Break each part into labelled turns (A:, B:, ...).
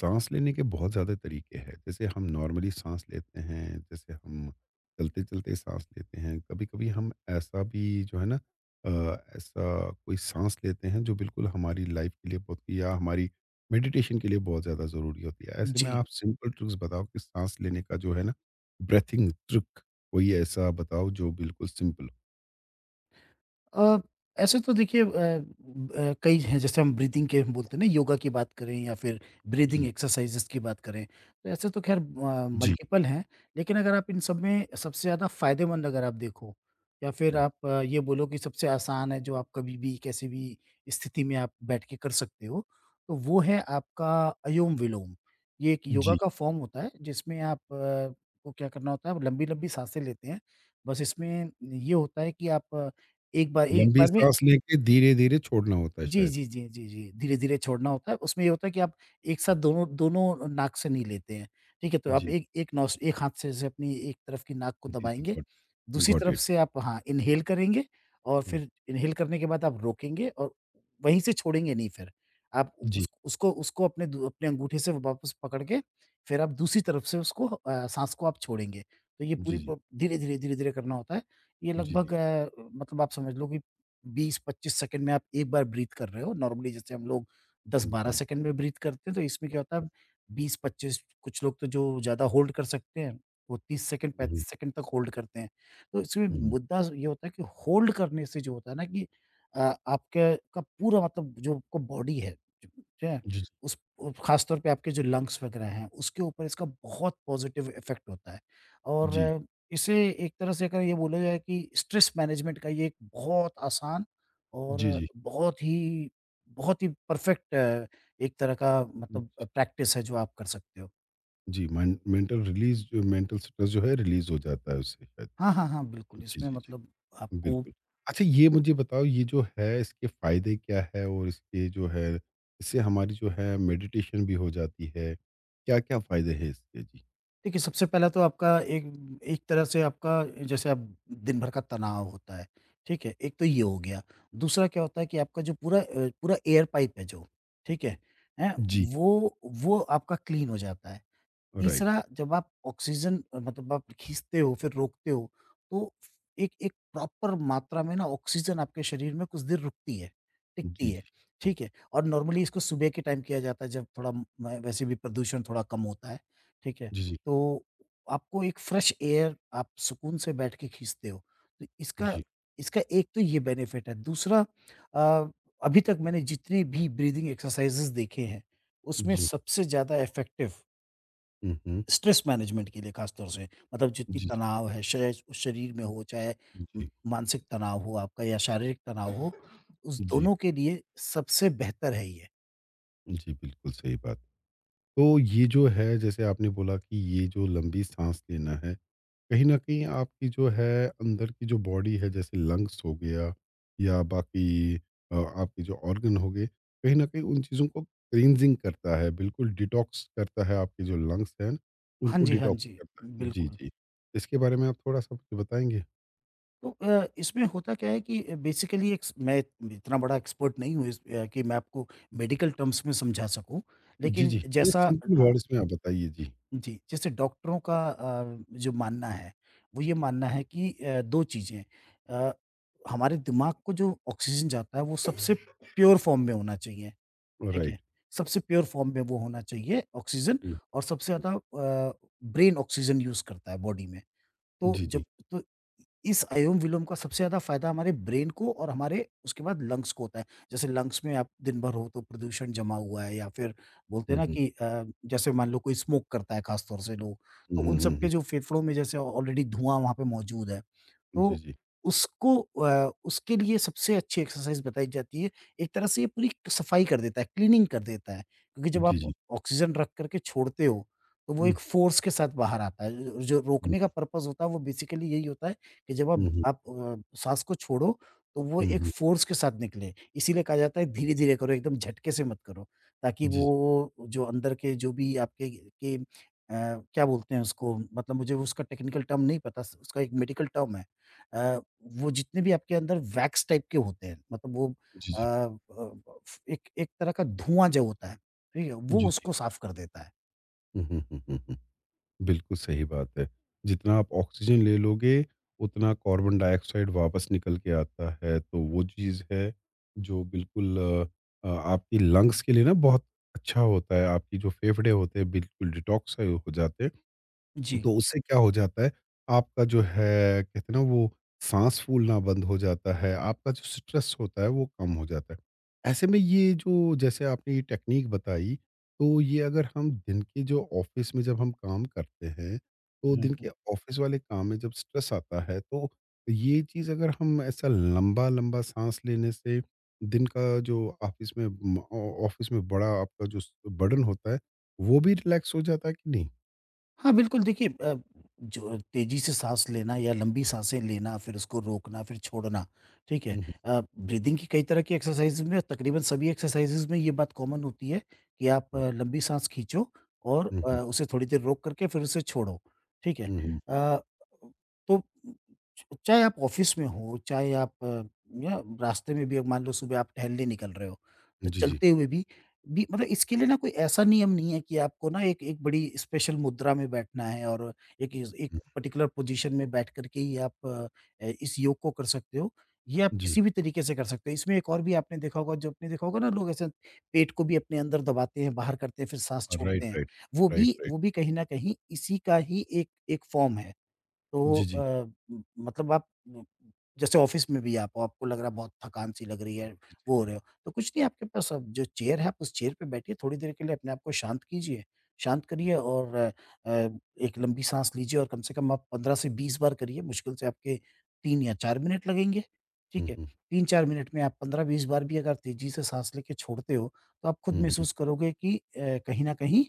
A: सांस लेने के बहुत ज़्यादा तरीके हैं, जैसे हम नॉर्मली सांस लेते हैं, जैसे हम चलते चलते सांस लेते हैं, कभी कभी हम ऐसा भी जो है ना अ, ऐसा कोई सांस लेते हैं जो बिल्कुल हमारी लाइफ के लिए बहुत या हमारी मेडिटेशन के लिए बहुत ज़्यादा ज़रूरी होती है। ऐसे में
B: जी।
A: आप सिंपल ट्रिक्स बताओ कि सांस लेने का जो है ना, ब्रेथिंग ट्रिक कोई ऐसा बताओ जो बिल्कुल सिंपल हो।
B: अ, ऐसे तो देखिए कई हैं जैसे हम ब्रीथिंग के बोलते हैं ना योगा की बात करें या फिर ब्रीथिंग
A: जी।
B: एक्सरसाइज़ेज़ की बात करें, तो ऐसे तो ख़ैर
A: जी।
B: मल्टीपल हैं, लेकिन अगर आप इन सब में सबसे ज़्यादा फ़ायदेमंद अगर आप देखो या फिर
A: हम्म,
B: आप ये बोलो कि सबसे आसान है जो आप कभी भी कैसी भी स्थिति में आप बैठ के कर सकते हो, तो वो है आपका अनुलोम विलोम। ये एक योगा
A: जी।
B: का फ़ॉर्म होता है जिसमें आप को क्या करना होता है आप लंबी-लंबी साँसें लेते हैं, बस इसमें ये होता है कि आप एक बार एक
A: लंबी
B: बार में
A: सांस लेके धीरे धीरे छोड़ना होता है
B: जी,
A: शायद।
B: जी, जी, जी, जी, धीरे-धीरे छोड़ना होता है। उसमें ये होता है कि आप एक साथ दोनों दोनों नाक से नहीं लेते हैं। ठीक है? तो आप
A: जी।
B: एक एक नोस एक हाथ से जैसे अपनी एक तरफ की नाक को
A: जी, जी,
B: दबाएँगे,
A: गॉट
B: दूसरी
A: गॉट
B: तरफ
A: इट
B: से आप हाँ, इन्हेल करेंगे और फिर इन्हेल करने के बाद आप रोकेंगे और वहीं से छोड़ेंगे नहीं फिर। आप
A: जी,
B: उस उसको उसको अपने अंगूठे से वापस पकड़ के फिर आप दूसरी तरफ से उसको साँस को आप छोड़ेंगे। तो ये
A: जी,
B: पूरी
A: जी।
B: प्रो धीरे-धीरे, धीरे-धीरे करना होता है। ये
A: जी, जी।
B: लगभग मतलब आप समझ लो कि 20-25 सेकंड में आप एक बार ब्रीथ कर रहे हो। नॉर्मली जैसे हम लोग 10-12
A: जी।
B: सेकंड में ब्रीथ करते हैं, तो इसमें क्या होता है। 20-25 कुछ लोग तो जो ज़्यादा होल्ड कर सकते हैं, वो 30 सेकंड,
A: हुँ,
B: 35
A: हुँ,
B: सेकंड तक होल्ड करते हैं। तो इसमें
A: हुँ, हुँ।
B: मुद्दा ये होता है कि होल्ड करने से जो होता है ना कि अ, आपके का पूरा मतलब जो आपका बॉडी है, ठीक है?
A: जी, जी।
B: उस उ ख़ास तौर पे आपके जो लंग्स वगैरह हैं, उसके ऊपर इसका बहुत पॉज़िटिव इफ़ेक्ट होता है और इसे एक तरह से अगर ये बोला जाए कि स्ट्रेस मैनेजमेंट का ये एक बहुत आसान और
A: जी, जी।
B: बहुत ही परफेक्ट एक तरह का मतलब प्रैक्टिस है जो आप कर सकते हो।
A: जी, मेन मेंटल रिलीज़ जो मेंटल स्ट्रेस जो है रिलीज़ हो जाता है उससे शायद।
B: हाँ, हाँ, हाँ, बिल्कुल,
A: जी,
B: इसमें
A: जी,
B: मतलब
A: जी।
B: आपको
A: बिल्कुल। अच्छा ये मुझे बताओ, ये जो है इसके फ़ायदे क्या है और इसके जो है, इससे हमारी जो है मेडिटेशन भी हो जाती है। क्या-क्या फ़ायदे हैं इसके? जी।
B: देखिए सबसे पहला तो आपका एक एक तरह से आपका जैसे आप दिन भर का तनाव होता है, ठीक है? एक तो ये हो गया। दूसरा क्या होता है कि आपका जो पूरा पूरा एयर पाइप है जो, ठीक है? हैं?
A: जी,
B: वो आपका क्लीन हो जाता है।
A: राइट।
B: तीसरा जब आप मतलब आप खींचते हो फिर रोकते हो, तो एक एक प्रॉपर मात्रा में ना ऑक्सीजन आपके शरीर में कुछ देर रुकती है,
A: जी,
B: टिकती है,
A: जी।
B: ठीक है? और नॉर्मली इसको सुबह के टाइम किया जाता है जब थोड़ा वैसे भी प्रदूषण थोड़ा कम होता है, ठीक है?
A: जी, जी।
B: तो आपको एक फ्रेश एयर आप सुकून से बैठ के खींचते हो, तो इसका
A: जी,
B: इसका एक तो ये बेनिफिट है। दूसरा अ, अभी तक मैंने जितनी भी ब्रीथिंग एक्सरसाइज़ेज़ देखे हैं, उसमें
A: जी।
B: सबसे ज़्यादा इफ़ेक्टिव
A: हुँ, हुँ।
B: स्ट्रेस मैनेजमेंट के लिए ख़ासतौर से, मतलब जितनी
A: जी, जी।
B: तनाव है, शय शरीर में हो, चाहे म
A: जी,
B: मानसिक तनाव हो आपका या शारीरिक तनाव हो, उस
A: जी।
B: दोनों के लिए सबसे बेहतर है ये।
A: जी, बिल्कुल सही बात। तो ये जो है जैसे आपने बोला कि ये जो लंबी साँस लेना है, कहीं न कहीं आपकी जो है अंदर की जो बॉडी है, जैसे लंग्स हो गया या बाकी आपके जो ऑर्गन हो गए, कहीं न कहीं उन चीज़ों को क्लींजिंग करता है, बिल्कुल डिटॉक्स करता है आपके जो लंग्स हैं,
B: हाँ
A: उनको
B: जी, हाँ
A: डिटॉक्स
B: जी,
A: करता है। जी,
B: बिल्कुल।
A: जी। इसके बारे में आप थोड़ा-सा कुछ बताएँगे?
B: तो इसमें होता क्या है कि बेसिकली एक्स मैं इतना बड़ा एक्सपर्ट नहीं हूँ कि मैं आपको मेडिकल टर्म्स में समझा सकूँ,
A: जी,
B: लेकिन
A: जी। ये
B: जैसा
A: सिंपल
B: हाँ।
A: वर्ड्स में आप बताइए, जी।
B: जी, जैसे डॉक्टरों का जो मानना है, वो ये मानना है कि 2 चीज़ें अ, हमारे दिमाग को जो ऑक्सीजन जाता है, वो सबसे प्योर फ़ॉर्म में होना चाहिए, ठीक है?
A: राइट।
B: सबसे प्योर फ़ॉर्म में वो होना चाहिए ऑक्सीजन
A: हुँ,
B: और सबसे
A: हुँ।
B: ज़्यादा ब्रेन ऑक्सीजन यूज़ करता है बॉडी में। तो
A: जी, जी।
B: जब तो इस अनुलोम विलोम का सबसे ज़्यादा फ़ायदा हमारे ब्रेन को और हमारे उसके बाद लंग्स को होता है। जैसे लंग्स में आप दिन भर हो तो प्रदूषण जमा हुआ है या फिर बोलते हैं
A: हुँ,
B: ना
A: हुँ।
B: कि जैसे मान लो कोई स्मोक करता है ख़ास तौर से लोग,
A: हुँ,
B: तो
A: हुँ,
B: उन सब
A: हुँ, हुँ।
B: के जो फेफड़ों में जैसे ऑलरेडी धुआँ वहाँ पे मौजूद है।
A: जी,
B: तो
A: जी।
B: उसको उसके लिए सबसे अच्छी एक्सरसाइज़ बताई जाती है। एक तरह से ये पूरी सफाई कर देता है, क्लीनिंग कर देता है, क्योंकि जब
A: जी,
B: आप
A: जी।
B: ऑक्सीजन रख कर के छोड़ते हो, तो वो
A: हुँ,
B: एक फ़ोर्स के साथ बाहर आता है। ज जो
A: हुँ।
B: रोकने का पर्पज़ होता है, वो बेसिकली यही होता है कि जब
A: हुँ,
B: आप
A: हुँ।
B: आप अ, साँस को छोड़ो, तो वो
A: हुँ,
B: एक
A: हुँ।
B: फ़ोर्स के साथ निकले। इसीलिए कहा जाता है धीरे-धीरे करो, एकदम झटके से मत करो, ताकि
A: जी,
B: वो जो अंदर के जो भी आपके क्या बोलते हैं उसको? मतलब मुझे उसका टेक्निकल टर्म नहीं पता, स उसका एक मेडिकल टर्म है। अ, वो जितने भी आपके अंदर वैक्स टाइप के होते हैं, मतलब वो
A: जी,
B: अ
A: जी।
B: अ, एक एक तरह का धुआँ जो होता है, ठीक है? वो
A: जी, जी।
B: उसको साफ़ कर देता है।
A: हुँ, हुँ, हुँ, हुँ, हुँ। बिल्कुल सही बात है। जितना आप ऑक्सीजन ले लोगे, उतना कार्बन डाइऑक्साइड वापस निकल के आता है। तो वो चीज़ है, जो बिल्कुल आपकी लंग्स के लिए ना बहुत अच्छा होता है। आपकी जो फेफड़े होते हैं, बिल्कुल डिटॉक्स हो जाते हैं।
B: जी।
A: तो उससे क्या हो जाता है, आपका जो है कहते हैं ना, वो साँस फूलना बंद हो जाता है, आपका जो स्ट्रेस होता है वो कम हो जाता है। ऐसे में ये जो जैसे आपने ये टेक्नीक बताई, तो ये अगर हम दिन के जो ऑफ़िस में जब हम काम करते हैं, तो दिन
B: हुँ।
A: के ऑफ़िस वाले काम में जब स्ट्रेस आता है, तो ये चीज़ अगर हम ऐसा लंबा-लंबा साँस लेने से दिन का जो ऑफ़िस में म ऑ ऑफ़िस में बड़ा आपका जो स बर्डन होता है, वो भी रिलैक्स हो जाता है कि नहीं?
B: हाँ, बिल्कुल देखिए जो तेज़ी से साँस लेना या लंबी साँसें लेना, फिर उसको रोकना, फिर छोड़ना, ठीक है?
A: हुँ, हुँ।
B: ब्रीदिंग की कई तरह की एक्सरसाइज़ में तकरीबन सभी एक्सरसाइज़ेज़ में ये बात कॉमन होती है कि आप लंबी साँस खींचो और
A: हुँ, हुँ।
B: उसे थोड़ी देर रोक करके फिर उसे छोड़ो, ठीक है?
A: हुँ, हुँ।
B: अ, तो चाहे आप ऑफ़िस में हो, या रास्ते में भी अब मान लो सुबह आप टहलने निकल रहे हो, तो
A: जी, जी।
B: चलते हुए भी मतलब इसके लिए ना कोई ऐसा नियम नहीं है कि आपको ना एक एक बड़ी स्पेशल मुद्रा में बैठना है और एक
A: हुँ,
B: पर्टिकुलर पोजीशन में बैठ करके ही आप इस योग को कर सकते हो। ये आप
A: जी।
B: किसी भी तरीके से कर सकते हो। इसमें एक और भी आपने देखा होगा ना लोग ऐसे पेट को भी अपने अंदर दबाते हैं, बाहर करते हैं, फिर सांस
A: राइट,
B: छोड़ते हैं।
A: राइट।
B: वो
A: राइट,
B: भी
A: राइट।
B: वो भी कहीं न कहीं इसी का ही एक एक फॉर्म है। तो
A: जी, जी।
B: अ, म मतलब आप म जैसे ऑफ़िस में भी आप आपको लग रहा है बहुत थकान-सी लग रही है,
A: जी, जी,
B: वो हो
A: जी।
B: रहे हो, तो कुछ नहीं आपके पास अब जो चेयर है, आप उस चेयर पे बैठिए, थोड़ी देर के लिए अपने आप को शांत कीजिए। शांत करिए और अ, एक लंबी साँस लीजिए और कम से कम आप 15 से 20 बार करिए, मुश्किल से आपके 3 या 4 मिनट लगेंगे,
A: हुँ,
B: ठीक है?
A: हुँ।
B: 3-4 मिनट में आप 15-20 बार भी अगर तेज़ी से साँस लेके छोड़ते हो, तो आप खुद
A: हुँ, हुँ।
B: महसूस करोगे कि कहीं न कहीं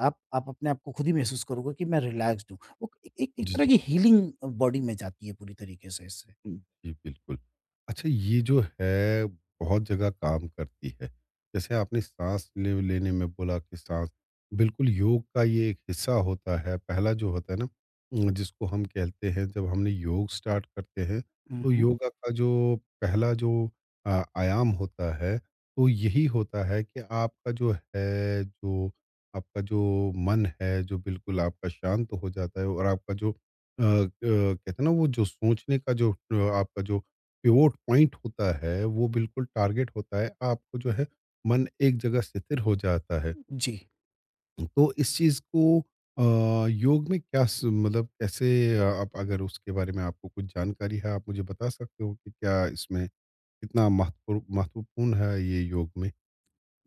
B: आप अपने आप को खुद ही महसूस करोगे कि मैं रिलैक्स्ड हूँ। वो एक एक
A: जी,
B: तरह
A: जी।
B: की हीलिंग बॉडी में जाती है पूरी तरीके से इससे।
A: जी, बिल्कुल। अच्छा ये जो है बहुत जगह काम करती है। जैसे आपने साँस ले लेने में बोला कि साँस बिल्कुल योग का ये एक हिस्सा होता है। पहला जो होता है ना जिसको हम कहते हैं जब हमने योग स्टार्ट करते हैं,
B: हुँ,
A: तो
B: हुँ।
A: योगा का जो पहला जो आयाम होता है, तो यही होता है कि आपका जो है, जो आपका जो मन है, जो बिल्कुल आपका शांत हो जाता है, और आपका जो कहते हैं ना वो जो सोचने का जो आपका जो पिवोट पॉइंट होता है, वो बिल्कुल टारगेट होता है। आपको जो है मन एक जगह स्थिर हो जाता है।
B: जी।
A: तो इस चीज़ को अ, योग में क्या स मतलब कैसे आप अगर उसके बारे में आपको कुछ जानकारी है, आप मुझे बता सकते हो कि क्या इसमें कितना महत्वपूर्ण महत्वपूर्ण है ये योग में?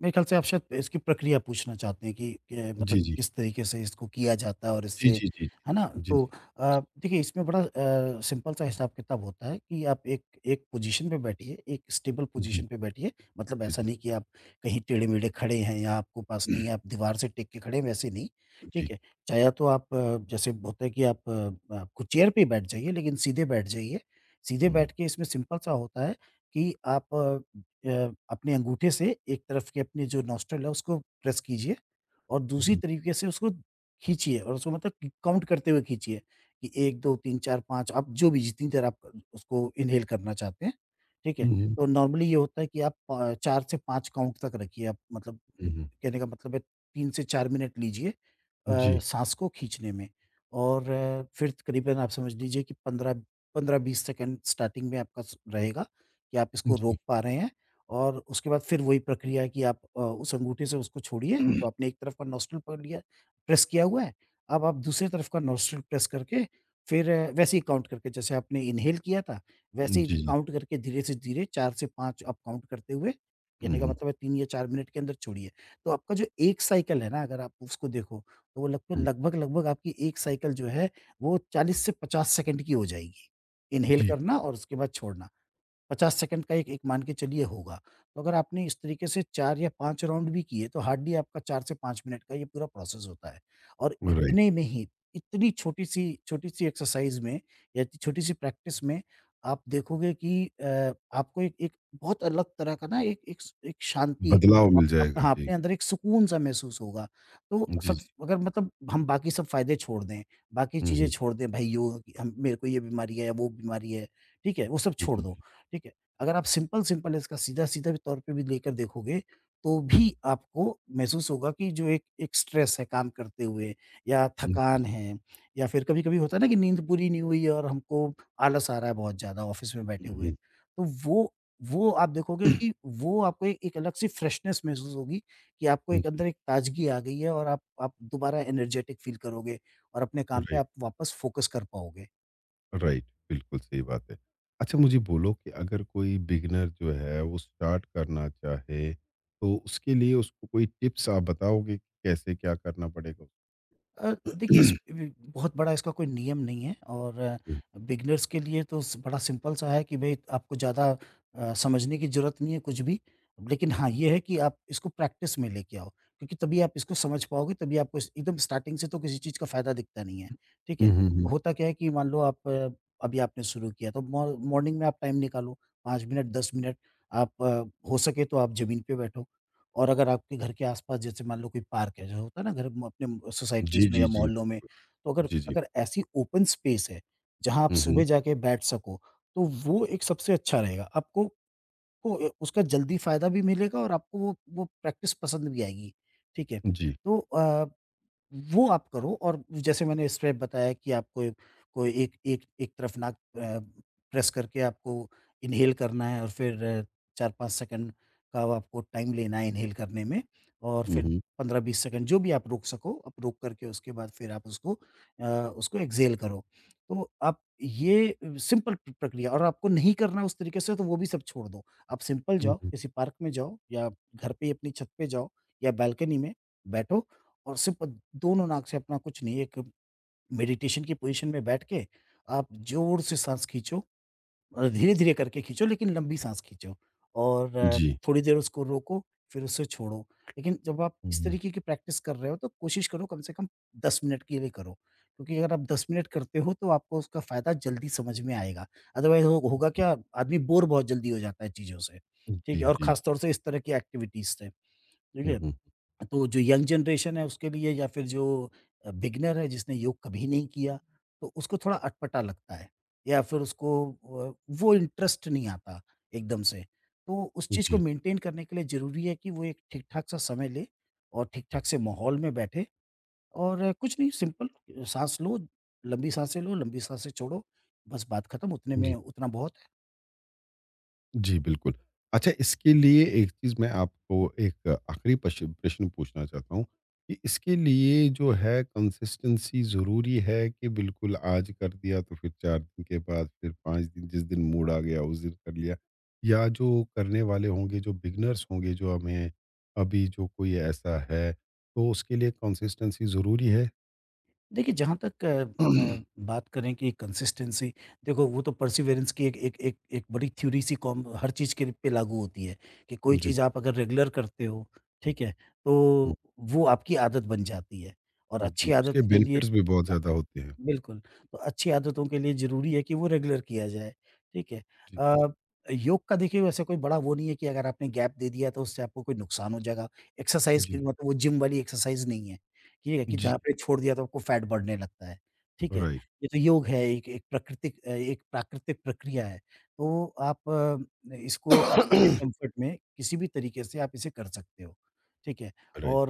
B: मेरे ख्याल से आप शायद इसकी प्रक्रिया पूछना चाहते हैं कि मतलब
A: जी, जी।
B: किस तरीके से इसको किया जाता है और
A: जी,
B: इससे
A: जी, जी,
B: है ना?
A: जी।
B: तो देखिए इसमें बड़ा सिंपल सा हिसाब-किताब होता है कि आप एक एक पोज़ीशन पे बैठिए, एक स्टेबल
A: जी, जी, जी,
B: पोज़ीशन पे बैठिए। मतलब
A: जी,
B: ऐसा
A: जी।
B: नहीं कि आप कहीं टेढ़े-मेढ़े खड़े हैं या आपको पास नहीं है, आप दीवार से टिक के खड़े हैं, वैसे नहीं,
A: जी।
B: ठीक है? चाहे तो आप अ, जैसे होता है कि आपको चेयर पे ही बैठ जाइए लेकिन सीधे बैठ जाइए। सीधे
A: हुँ, हुँ।
B: बैठ के इसमें सिंपल सा होता है कि आप अपने अंगूठे से एक तरफ के अपने जो नॉस्ट्रिल है उसको प्रेस कीजिए और दूसरी
A: जी।
B: तरीके से उसको खींचिए और उसको मतलब कि काउंट करते हुए खींचिए कि 1, 2, 3, 4, 5 आप जो भी जितनी देर आप उसको इन्हेल करना चाहते हैं, ठीक है?
A: हुँ, हुँ।
B: तो नॉर्मली ये होता है कि आप 4 से 5 काउंट तक रखिए, आप मतलब,
A: हुँ, हुँ।
B: कहने का मतलब है 3 से 4 मिनट लीजिए
A: जी,
B: साँस को खींचने में। और फिर करीबन आप समझ लीजिए कि 15-20 सेकंड स्टार्टिंग में आपका स रहेगा कि आप इसको
A: जी।
B: रोक पा रहे हैं। और उसके बाद फिर वही प्रक्रिया है कि आप उस अंगूठे से उसको छोड़िए, जो आपने एक तरफ का नॉस्ट्रिल पकड़ लिया, प्रेस किया हुआ है। अब आप दूसरी तरफ का नॉस्ट्रिल प्रेस करके फिर वैसे ही काउंट करके, जैसे आपने इन्हेल किया था,
A: जी,
B: वैसे ही
A: जी।
B: काउंट करके धीरे से धीरे 4 से 5 आप काउंट करते हुए,
A: हुँ,
B: यानी का
A: हुँ,
B: मतलब है 3 या 4 मिनट के अंदर छोड़िए। तो आपका जो एक साइकिल है ना, अगर आप उसको देखो, तो वो
A: हुँ।
B: लगभग-लगभग आपकी एक साइकिल जो है वो 40 से 50 सेकंड की हो जाएगी। इन्हेल
A: जी,
B: करना और उसके बाद छोड़ना। 50 सेकंड का एक एक मान के चलिए होगा। तो अगर आपने इस तरीके से 4 या 5 राउंड भी किए, तो हार्डली आपका 4 से 5 मिनट का ये पूरा प्रोसेस होता है। और
A: राइट।
B: इतने में ही, इतनी छोटी-सी छोटी-सी एक्सरसाइज़ में या छोटी-सी प्रैक्टिस में आप देखोगे कि आपको एक एक बहुत अलग तरह का, ना, एक एक स एक शांति,
A: बदलाव
B: अप
A: मिल
B: अप
A: जाएगा,
B: हाँ,
A: जी।
B: अपने अंदर एक सुकून-सा महसूस होगा। तो
A: जी,
B: सबस
A: जी।
B: अगर मतलब हम बाकी सब फ़ायदे छोड़ दें, बाकी
A: हुँ,
B: चीज़ें
A: हुँ।
B: छोड़ दें, भई योग, हम, मेरे को ये बीमारी है, वो बीमारी है, ठीक है? वो सब
A: जी,
B: छोड़ दो।
A: जी।
B: ठीक है? अगर आप सिंपल-सिंपल इसका सीधा-सीधा भी तौर पे भी लेकर देखोगे, तो भी आपको महसूस होगा कि जो एक एक स्ट्रेस है काम करते हुए, या
A: जी,
B: थकान
A: जी।
B: है, या फिर कभी-कभी होता है ना कि नींद पूरी नहीं हुई है और हमको आलस आ रहा है बहुत ज़्यादा ऑफ़िस में
A: हुँ,
B: बैठे हुए।
A: हुँ।
B: तो वो आप देखोगे कि वो आपको एक एक अलग सी फ्रेशनेस महसूस होगी, कि आपको एक
A: जी,
B: अंदर एक ताज़गी आ गई है और आप दोबारा एनर्जेटिक फ़ील करोगे और अपने काम पे
A: राइट,
B: आप वापस फ़ोकस कर पाओगे।
A: राइट। बिल्कुल सही बात है। अच्छा मुझे बोलो कि अगर कोई बिगिनर जो है वो स्टार्ट करना चाहे, तो उसके लिए उसको कोई टिप्स आप बताओगे कि कैसे क्या करना पड़ेगा?
B: देखिए, इस ब बहुत बड़ा इसका कोई नियम नहीं है। और
A: हुँ।
B: बिगिनर्स के लिए तो स बड़ा सिंपल सा है कि भई आपको ज़्यादा समझने की ज़रूरत नहीं है कुछ भी। लेकिन हाँ, ये है कि आप इसको प्रैक्टिस में लेके आओ, क्योंकि तभी आप इसको समझ पाओगे, तभी आपको, इस एकदम स्टार्टिंग से तो किसी चीज़ का फ़ायदा दिखता नहीं है, ठीक
A: हुँ,
B: है?
A: हुँ, हुँ।
B: होता क्या है कि मान लो आप अभी आपने शुरू किया, तो मॉ मॉर्निंग में आप टाइम निकालो, 5 मिनट, 10 मिनट, आप हो सके तो आप ज़मीन पे बैठो। और अगर आपके घर के आस-पास, जैसे मान लो कोई पार्क है, जो होता है ना घर म अपने
A: जी,
B: सोसाइटीज़ में
A: जी,
B: या
A: जी।
B: मोहल्लों में, तो अगर
A: जी, जी।
B: अगर ऐसी ओपन स्पेस है, जहाँ आप
A: हुँ, हुँ।
B: सुबह जाके बैठ सको, तो वो एक सबसे अच्छा रहेगा। आपको को उसका जल्दी फ़ायदा भी मिलेगा और आपको वो प्रैक्टिस पसंद भी आएगी, ठीक है?
A: जी।
B: तो वो आप करो, और जैसे मैंने स्टेप बताया कि आपको को एक एक एक तरफ नाक प्रेस करके आपको इन्हेल करना है और फिर 4-5 सेकंड का आपको टाइम लेना है इन्हेल करने में, और
A: हुँ,
B: फिर
A: हुँ।
B: 15-20 सेकंड जो भी आप रोक सको, आप रोक करके, उसके बाद फिर आप अ, उसको एक्सहेल करो। तो आप ये सिंपल प्रक्रिया, और आपको नहीं करना उस तरीके से तो वो भी सब छोड़ दो। आप सिंपल
A: हुँ,
B: जाओ,
A: हुँ।
B: किसी पार्क में जाओ या घर पे ही अपनी छत पे जाओ या बालकनी में बैठो, और सिर्फ़ दोनों नाक से, अपना कुछ नहीं, एक मेडिटेशन की पोज़ीशन में बैठ के आप ज़ोर से साँस खींचो, धीरे-धीरे करके खींचो, लेकिन लंबी साँस खींचो। और
A: जी।
B: थोड़ी देर उसको रोको, फिर उसे छोड़ो। लेकिन जब आप
A: हुँ,
B: इस
A: हुँ।
B: तरीके की प्रैक्टिस कर रहे हो, तो कोशिश करो कम से कम 10 मिनट के लिए करो, क्योंकि अगर आप 10 मिनट करते हो तो आपको उसका फ़ायदा जल्दी समझ में आएगा। अदरवाइज़ हो होगा क्या, आदमी बोर बहुत जल्दी हो जाता है चीज़ों से,
A: जी,
B: ठीक है?
A: जी,
B: और
A: जी।
B: ख़ास तौर से इस तरह की एक्टिविटीज़ से, ठीक
A: हुँ,
B: है?
A: हुँ।
B: तो जो यंग जनरेशन है उसके लिए, या फिर जो बिगिनर है जिसने योग कभी नहीं किया, तो उसको थोड़ा अटपटा लगता है, या फिर उसको वो इंटरेस्ट नहीं आता एकदम से। तो उस चीज़ को
A: जी।
B: मेंटेन करने के लिए ज़रूरी है कि वो एक ठीक ठाक सा समय ले और ठीक ठाक से माहौल में बैठे, और कुछ नहीं, सिंपल सांस लो, लंबी सांसें लो, लंबी सांसें छोड़ो, बस बात खत्म, उतने में उतना बहुत।
A: जी, बिल्कुल। अच्छा इसके लिए एक चीज़ मैं आपको एक आखिरी पश प्रश्न पूछना चाहता हूँ, कि इसके लिए जो है कंसिस्टेंसी ज़रूरी है, कि बिल्कुल आज कर दिया, तो फिर 4 दिन के बाद फिर 5 दिन जिस दिन मूड आ गया उस दिन कर लिया? या जो करने वाले होंगे, जो बिगिनर्स होंगे, जो हमें अभी जो कोई ऐसा है, तो उसके लिए कंसिस्टेंसी ज़रूरी है?
B: देखिए, जहाँ तक अ, म बात करें कि कंसिस्टेंसी, देखो वो तो परसिवेरेंस की एक एक एक एक बड़ी थ्योरी सी, कॉम हर चीज़ के पे लागू होती है, कि कोई
A: जी, जी।
B: चीज़ आप अगर रेगुलर करते हो, ठीक है? तो वो आपकी आदत बन जाती है, और
A: हुँ, जी,
B: अच्छी आदत
A: उसके
B: के लिए,
A: बेनिफिट्स भी बहुत ज़्यादा होते हैं।
B: बिल्कुल, तो अच्छी आदतों के लिए ज़रूरी है कि वो रेगुलर किया जाए, ठीक है?
A: जी,
B: अ, योग का देखिए, वैसे कोई बड़ा वो नहीं है कि अगर आपने गैप दे दिया तो उससे आपको कोई नुकसान हो जाएगा। एक्सरसाइज़ की,
A: जी,
B: मतलब वो जिम वाली एक्सरसाइज़ नहीं है, ठीक है? कि
A: जी,
B: जहाँ पे छोड़ दिया तो आपको फैट बढ़ने लगता है, ठीक है?
A: राइट।
B: ये तो योग है, एक एक प्राकृतिक अ, एक प्राकृतिक प्रक्रिया है, तो आप इसको अपने कम्फ़र्ट में किसी भी तरीके से आप इसे कर सकते हो, ठीक है?
A: राइट,
B: और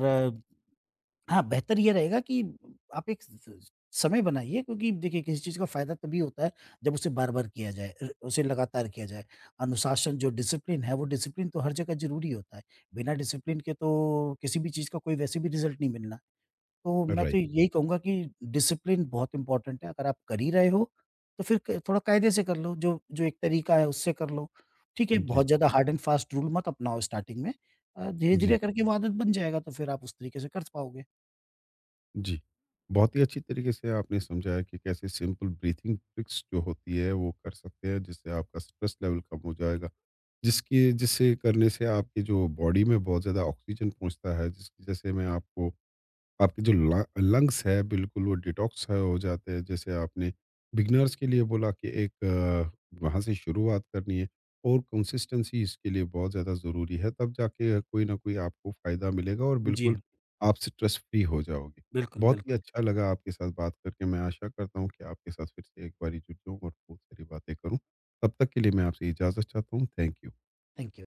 B: हाँ, बेहतर ये रहेगा कि आप एक स स समय बनाइए, क्योंकि देखिए किसी चीज़ का फ़ायदा तभी होता है जब उसे बार-बार किया जाए, उसे लगातार किया जाए। अनुशासन, जो डिसिप्लिन है, वो डिसिप्लिन तो हर जगह ज़रूरी होता है। बिना डिसिप्लिन के तो किसी भी चीज़ का कोई वैसे भी रिज़ल्ट नहीं मिलना। तो मैं
A: राइट।
B: तो यही कहूँगा कि डिसिप्लिन बहुत इम्पोर्टेंट है। अगर आप कर ही रहे हो तो फिर क थोड़ा कायदे से कर लो, जो जो एक तरीका है उससे कर लो। ठीक है,
A: जी, जी,
B: बहुत ज़्यादा हार्ड एंड फास्ट रूल मत अपनाओ स्टार्टिंग में।
A: जी।
B: धीरे-धीरे करके वो आदत बन जाएगा, तो फिर आप उस तरीके से कर पाओगे।
A: जी। बहुत ही अच्छी तरीके से आपने समझाया कि कैसे सिंपल ब्रीथिंग ट्रिक्स जो होती है वो कर सकते हैं, जिससे आपका स्ट्रेस लेवल कम हो जाएगा। जिसकी जिससे करने से आपकी जो बॉडी में बहुत ज़्यादा ऑक्सीजन पहुँचता है, जिसकी वजह से में आपको आपके जो ल लंग्स है बिल्कुल वो डिटॉक्स है हो जाते हैं। जैसे आपने बिगिनर्स के लिए बोला कि एक वहाँ से शुरुआत करनी है और कंसिस्टेंसी इसके लिए बहुत ज़्यादा ज़रूरी है, तब जाके कोई ना कोई आपको फ़ायदा मिलेगा और
B: जी,
A: बिल्कुल आप स्ट्रेस फ्री हो जाओगे।
B: बिल्कुल,
A: बहुत ही
B: बिल्कुल।
A: अच्छा लगा आपके साथ बात करके, मैं आशा करता हूँ कि आपके साथ फिर से एक बारी जुड़ जाऊँ और बहुत सारी बातें करूँ। तब तक के लिए मैं आपसे इजाज़त चाहता हूँ। Thank you.
B: Thank you.